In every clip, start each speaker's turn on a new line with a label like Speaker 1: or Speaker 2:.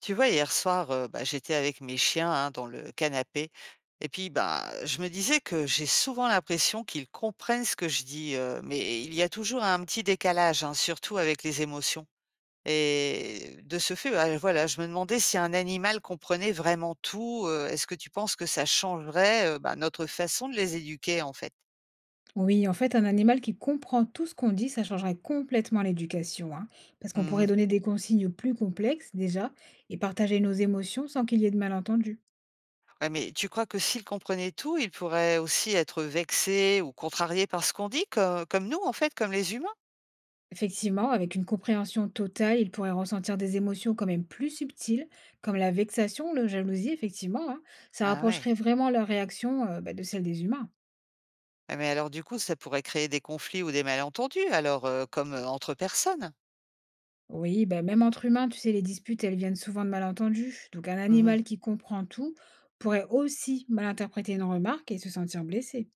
Speaker 1: Tu vois, hier soir, bah, j'étais avec mes chiens, hein, dans le canapé. Et puis, bah, je me disais que j'ai souvent l'impression qu'ils comprennent ce que je dis, mais il y a toujours un petit décalage, hein, surtout avec les émotions. Et de ce fait, bah, voilà, je me demandais si un animal comprenait vraiment tout. Est-ce que tu penses que ça changerait, bah, notre façon de les éduquer, en fait?
Speaker 2: Oui, en fait, un animal qui comprend tout ce qu'on dit, ça changerait complètement l'éducation, hein, parce qu'on pourrait
Speaker 1: Mhm.
Speaker 2: donner des consignes plus complexes déjà et partager nos émotions sans qu'il y ait de malentendus.
Speaker 1: Ouais, mais tu crois que s'ils comprenaient tout, ils pourraient aussi être vexés ou contrariés par ce qu'on dit, comme nous, en fait, comme les humains?
Speaker 2: Effectivement, avec une compréhension totale, il pourrait ressentir des émotions quand même plus subtiles, comme la vexation, la jalousie, effectivement, hein. Ça
Speaker 1: Ah ouais.
Speaker 2: rapprocherait vraiment leur réaction bah, de celle des humains.
Speaker 1: Ah mais alors du coup, ça pourrait créer des conflits ou des malentendus alors, comme, entre personnes?
Speaker 2: Oui, bah, même entre humains, tu sais, les disputes, elles viennent souvent de malentendus. Donc un
Speaker 1: Mmh.
Speaker 2: animal qui comprend tout pourrait aussi mal interpréter une remarque et se sentir blessé.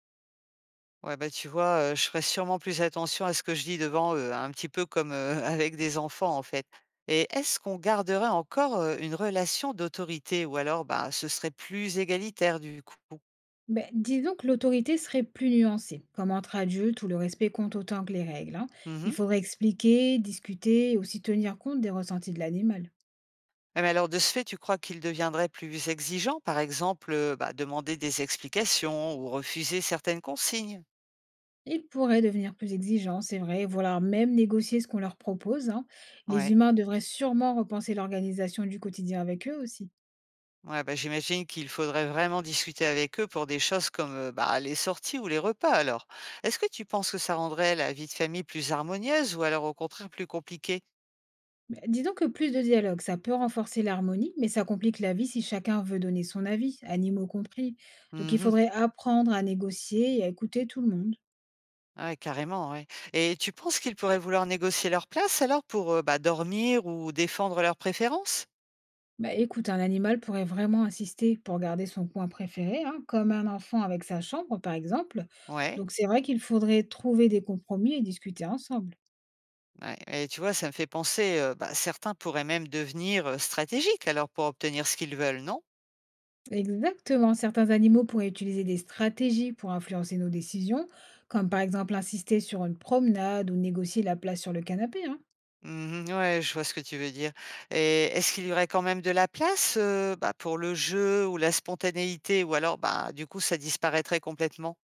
Speaker 1: Ouais, bah, tu vois, je ferai sûrement plus attention à ce que je dis devant eux, hein, un petit peu comme, avec des enfants, en fait. Et est-ce qu'on garderait encore, une relation d'autorité ou alors, bah, ce serait plus égalitaire du coup?
Speaker 2: Ben, disons que l'autorité serait plus nuancée, comme entre adultes où le respect compte autant que les règles, hein.
Speaker 1: Mmh
Speaker 2: Il
Speaker 1: mh.
Speaker 2: faudrait expliquer, discuter et aussi tenir compte des ressentis de l'animal.
Speaker 1: Ah mais alors de ce fait, tu crois qu'ils deviendraient plus exigeants, par exemple, bah, demander des explications ou refuser certaines consignes?
Speaker 2: Ils pourraient devenir plus exigeants, c'est vrai, voire même négocier ce qu'on leur propose, hein.
Speaker 1: Ouais.
Speaker 2: Les humains devraient sûrement repenser l'organisation du quotidien avec eux aussi.
Speaker 1: Ouais, bah, j'imagine qu'il faudrait vraiment discuter avec eux pour des choses comme, bah, les sorties ou les repas alors. Est-ce que tu penses que ça rendrait la vie de famille plus harmonieuse ou alors au contraire plus compliquée?
Speaker 2: Ben, disons que plus de dialogue, ça peut renforcer l'harmonie, mais ça complique la vie si chacun veut donner son avis, animaux compris. Donc il
Speaker 1: Mhm.
Speaker 2: faudrait apprendre à négocier et à écouter tout le monde.
Speaker 1: Ouais, carrément, ouais. Et tu penses qu'ils pourraient vouloir négocier leur place alors pour, bah, dormir ou défendre leurs préférences?
Speaker 2: Bah, écoute, un animal pourrait vraiment insister pour garder son coin préféré, hein, comme un enfant avec sa chambre, par exemple.
Speaker 1: Ouais,
Speaker 2: Donc c'est vrai qu'il faudrait trouver des compromis et discuter ensemble.
Speaker 1: ouais. Et tu vois, ça me fait penser, bah, certains pourraient même devenir, stratégiques alors pour obtenir ce qu'ils veulent, non?
Speaker 2: Exactement, certains animaux pourraient utiliser des stratégies pour influencer nos décisions, comme par exemple insister sur une promenade ou négocier la place sur le canapé, hein.
Speaker 1: Mmh. Ouais, je vois ce que tu veux dire, et est-ce qu'il y aurait quand même de la place, bah, pour le jeu ou la spontanéité ou alors, bah, du coup, ça disparaîtrait complètement?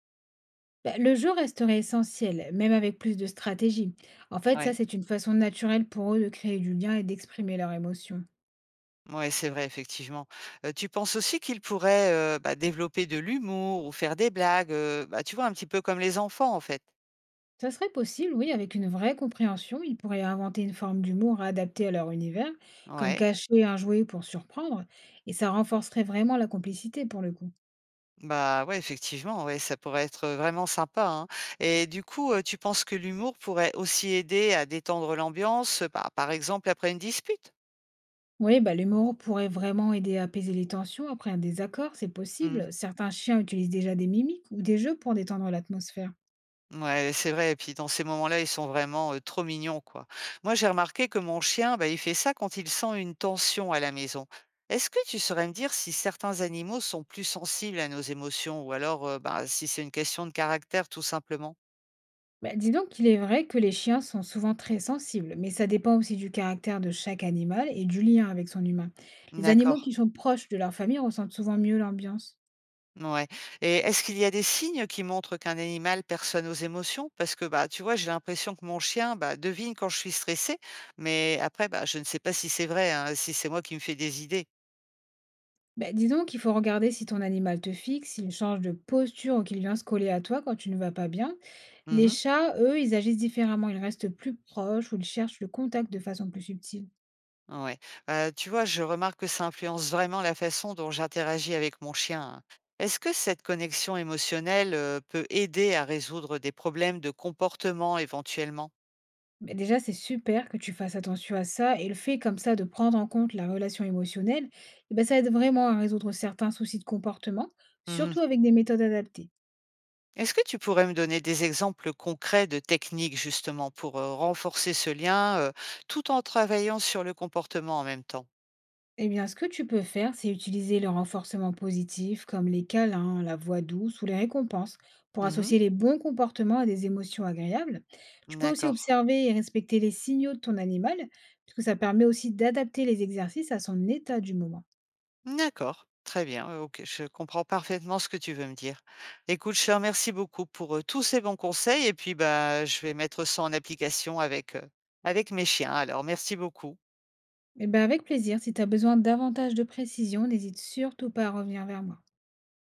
Speaker 2: Bah, le jeu resterait essentiel, même avec plus de stratégie. En fait, ça,
Speaker 1: Ouais,
Speaker 2: c'est une façon naturelle pour eux de créer du lien et d'exprimer leurs émotions.
Speaker 1: ouais, c'est vrai, effectivement. Tu penses aussi qu'il pourrait, bah, développer de l'humour ou faire des blagues, bah, tu vois, un petit peu comme les enfants, en fait?
Speaker 2: Ça serait possible, oui, avec une vraie compréhension, ils pourraient inventer une forme d'humour adaptée à leur univers, comme
Speaker 1: Ouais.
Speaker 2: cacher un jouet pour surprendre, et ça renforcerait vraiment la complicité pour le coup.
Speaker 1: Bah, ouais, effectivement, ouais, ça pourrait être vraiment sympa, hein, et du coup, tu penses que l'humour pourrait aussi aider à détendre l'ambiance, bah, par exemple après une dispute?
Speaker 2: Oui, bah, l'humour pourrait vraiment aider à apaiser les tensions après un désaccord, c'est
Speaker 1: Mmh.
Speaker 2: possible. Certains chiens utilisent déjà des mimiques ou des jeux pour détendre l'atmosphère.
Speaker 1: Ouais, c'est vrai, et puis dans ces moments-là, ils sont vraiment, trop mignons, quoi. Moi, j'ai remarqué que mon chien, bah, il fait ça quand il sent une tension à la maison. Est-ce que tu saurais me dire si certains animaux sont plus sensibles à nos émotions ou alors, bah, si c'est une question de caractère tout simplement?
Speaker 2: Bah, dis donc qu'il est vrai que les chiens sont souvent très sensibles, mais ça dépend aussi du caractère de chaque animal et du lien avec son humain. Les
Speaker 1: D'accord,
Speaker 2: animaux qui sont proches de leur famille ressentent souvent mieux l'ambiance.
Speaker 1: ouais, et est-ce qu'il y a des signes qui montrent qu'un animal perçoit nos émotions? Parce que, bah, tu vois, j'ai l'impression que mon chien, bah, devine quand je suis stressée, mais après, bah, je ne sais pas si c'est vrai, hein, si c'est moi qui me fais des idées.
Speaker 2: Bah, disons qu'il faut regarder si ton animal te fixe, s'il change de posture ou qu'il vient se coller à toi quand tu ne vas pas bien. Les
Speaker 1: Mmh.
Speaker 2: chats, eux, ils agissent différemment, ils restent plus proches ou ils cherchent le contact de façon plus subtile.
Speaker 1: Ouais. Tu vois, je remarque que ça influence vraiment la façon dont j'interagis avec mon chien, hein. Est-ce que cette connexion émotionnelle, peut aider à résoudre des problèmes de comportement éventuellement?
Speaker 2: Mais déjà, c'est super que tu fasses attention à ça, et le fait comme ça de prendre en compte la relation émotionnelle, eh ben, ça aide vraiment à résoudre certains soucis de comportement,
Speaker 1: Mmh.
Speaker 2: surtout avec des méthodes adaptées.
Speaker 1: Est-ce que tu pourrais me donner des exemples concrets de techniques justement pour, renforcer ce lien, tout en travaillant sur le comportement en même temps?
Speaker 2: Eh bien, ce que tu peux faire, c'est utiliser le renforcement positif, comme les câlins, la voix douce ou les récompenses, pour
Speaker 1: Mmh.
Speaker 2: associer les bons comportements à des émotions agréables. Tu peux aussi
Speaker 1: D'accord.
Speaker 2: observer et respecter les signaux de ton animal, puisque ça permet aussi d'adapter les exercices à son état du moment.
Speaker 1: D'accord, très bien. Ok, je comprends parfaitement ce que tu veux me dire. Écoute, je te remercie beaucoup pour tous ces bons conseils et puis bah je vais mettre ça en application avec avec mes chiens. Alors, merci beaucoup.
Speaker 2: Eh bien, avec plaisir, si tu as besoin davantage de précision, n'hésite surtout pas à revenir vers moi.